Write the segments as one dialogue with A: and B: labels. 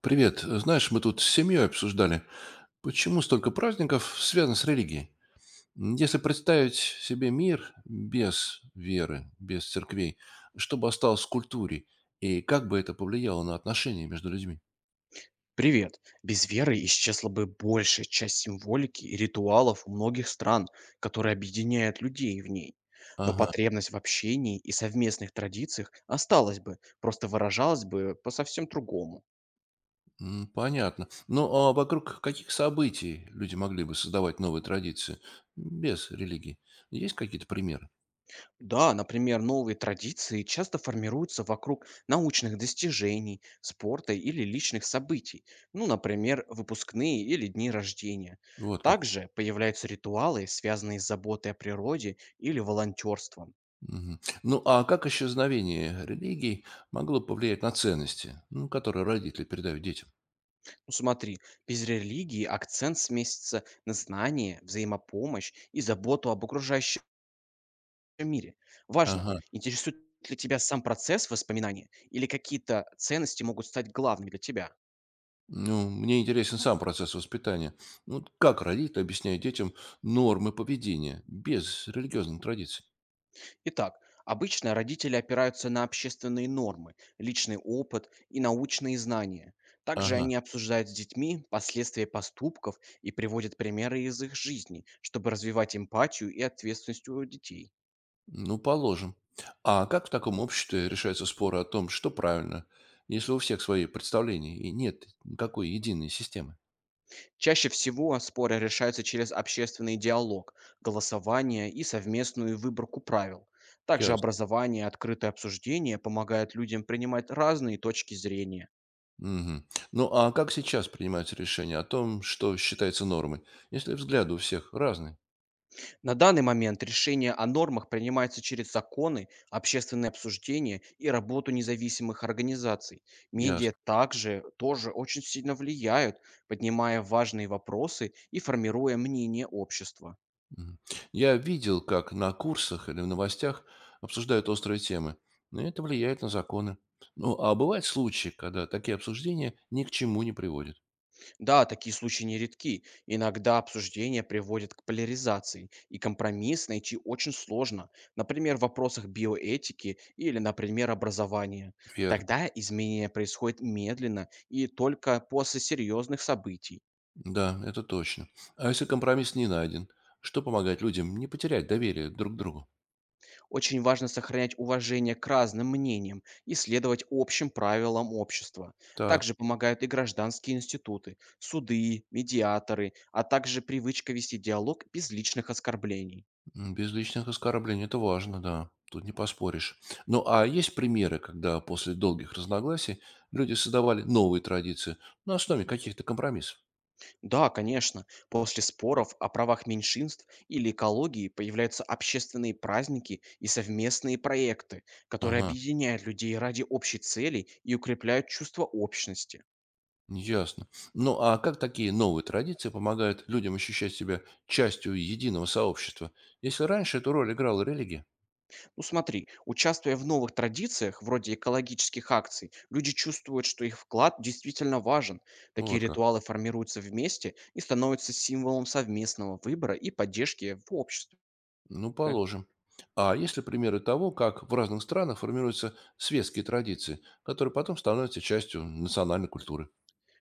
A: Привет. Знаешь, мы тут с семьей обсуждали, почему столько праздников связано с религией. Если представить себе мир без веры, без церквей, что бы осталось в культуре, и как бы это повлияло на отношения между людьми?
B: Привет. Без веры исчезла бы большая часть символики и ритуалов у многих стран, которые объединяют людей в ней. Но
A: Ага,
B: потребность в общении и совместных традициях осталась бы, просто выражалась бы по совсем другому.
A: понятно. Ну, а вокруг каких событий люди могли бы создавать новые традиции без религии? Есть какие-то примеры?
B: Да, например, новые традиции часто формируются вокруг научных достижений, спорта или личных событий, ну, например, выпускные или дни рождения.
A: Вот как.
B: Также появляются ритуалы, связанные с заботой о природе или волонтерством.
A: Мгм. Ну, а как исчезновение религий могло повлиять на ценности, ну, которые родители передают детям?
B: Ну, смотри, без религии акцент сместится на знание, взаимопомощь и заботу об окружающем мире. Важно,
A: Ага.
B: интересует ли тебя сам процесс воспоминания или какие-то ценности могут стать главными для тебя.
A: Ну, мне интересен сам процесс воспитания. Ну, вот как родители объясняют детям нормы поведения без религиозных традиций?
B: Итак, обычно родители опираются на общественные нормы, личный опыт и научные знания. Также
A: Ага.
B: они обсуждают с детьми последствия поступков и приводят примеры из их жизни, чтобы развивать эмпатию и ответственность у детей.
A: Ну, положим. А как в таком обществе решаются споры о том, что правильно, если у всех свои представления и нет никакой единой системы?
B: Чаще всего споры решаются через общественный диалог, голосование и совместную выборку правил. Также
A: Ясно.
B: образование и открытое обсуждение помогают людям принимать разные точки зрения.
A: Мгм. Ну, а как сейчас принимаются решения о том, что считается нормой, если взгляды у всех разные?
B: На данный момент решение о нормах принимается через законы, общественные обсуждения и работу независимых организаций. Медиа
A: Ясно.
B: также тоже очень сильно влияют, поднимая важные вопросы и формируя мнение общества.
A: Мгм. Я видел, как на курсах или в новостях обсуждают острые темы, но это влияет на законы. Ну, а бывают случаи, когда такие обсуждения ни к чему не приводят.
B: Да, такие случаи нередки. Иногда обсуждение приводит к поляризации, и компромисс найти очень сложно, например, в вопросах биоэтики или, например, образования.
A: Верно.
B: Тогда изменения происходят медленно и только после серьезных событий.
A: Да, это точно. А если компромисс не найден, что помогает людям не потерять доверие друг к другу?
B: Очень важно сохранять уважение к разным мнениям и следовать общим правилам общества.
A: Так,
B: Также помогают и гражданские институты, суды, медиаторы, а также привычка вести диалог без личных оскорблений.
A: без личных оскорблений это важно, да. Тут не поспоришь. Ну, а есть примеры, когда после долгих разногласий люди создавали новые традиции на основе каких-то компромиссов?
B: Да, конечно. После споров о правах меньшинств или экологии появляются общественные праздники и совместные проекты, которые
A: Ага.
B: объединяют людей ради общей цели и укрепляют чувство общности.
A: Ясно. Ну, а как такие новые традиции помогают людям ощущать себя частью единого сообщества? Если раньше эту роль играла религия?
B: Ну, смотри, участвуя в новых традициях, вроде экологических акций, люди чувствуют, что их вклад действительно важен.
A: ну,
B: Такие
A: Вот как.
B: ритуалы формируются вместе и становятся символом совместного выбора и поддержки в обществе.
A: Ну, положим. А есть ли примеры того, как в разных странах формируются светские традиции, которые потом становятся частью национальной культуры?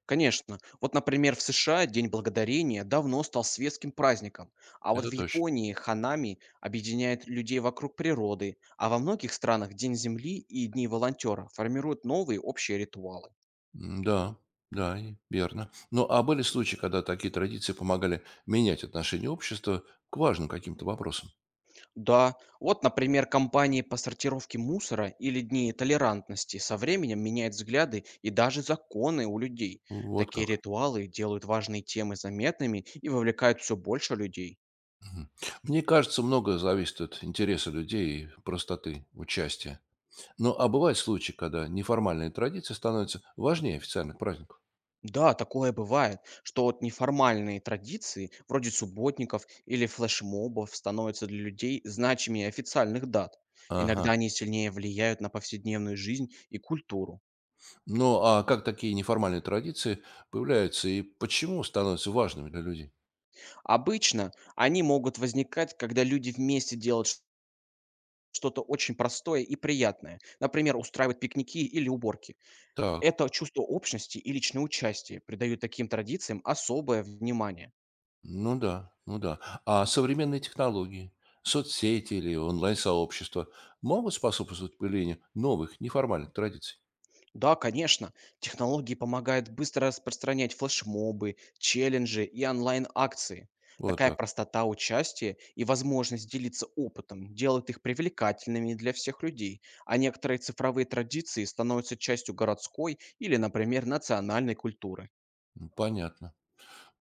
B: Конечно. Вот, например, в США День Благодарения давно стал светским праздником, а вот в
A: Это точно.
B: Японии ханами объединяет людей вокруг природы, а во многих странах День Земли и Дни волонтера формируют новые общие ритуалы.
A: Да, да, и верно. Ну, а были случаи, когда такие традиции помогали менять отношение общества к важным каким-то вопросам?
B: Да, вот, например, компании по сортировке мусора или Дни толерантности со временем меняют взгляды и даже законы у людей.
A: Вот
B: Такие
A: как.
B: ритуалы делают важные темы заметными и вовлекают все больше людей.
A: Мгм. Мне кажется, многое зависит от интереса людей и простоты участия. Ну, а бывают случаи, когда неформальные традиции становятся важнее официальных праздников.
B: Да, такое бывает, что вот неформальные традиции, вроде субботников или флешмобов, становятся для людей значимее официальных дат. Иногда
A: Ага.
B: они сильнее влияют на повседневную жизнь и культуру.
A: Ну, а как такие неформальные традиции появляются и почему становятся важными для людей?
B: Обычно они могут возникать, когда люди вместе делают что-то очень простое и приятное. Например, устраивать пикники или уборки.
A: Так,
B: Это чувство общности и личное участие придают таким традициям особое внимание.
A: ну да, ну да. А современные технологии, соцсети или онлайн-сообщества могут способствовать появлению новых неформальных традиций?
B: Да, конечно. Технологии помогают быстро распространять флешмобы, челленджи и онлайн-акции.
A: Вот
B: Такая
A: как.
B: простота участия и возможность делиться опытом делают их привлекательными для всех людей, а некоторые цифровые традиции становятся частью городской или, например, национальной культуры.
A: Понятно.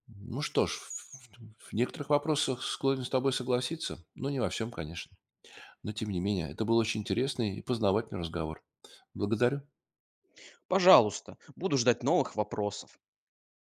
A: Ну что ж, в некоторых вопросах склонен с тобой согласиться, но не во всем, конечно. Но тем не менее, это был очень интересный и познавательный разговор. Благодарю.
B: Пожалуйста, буду ждать новых вопросов.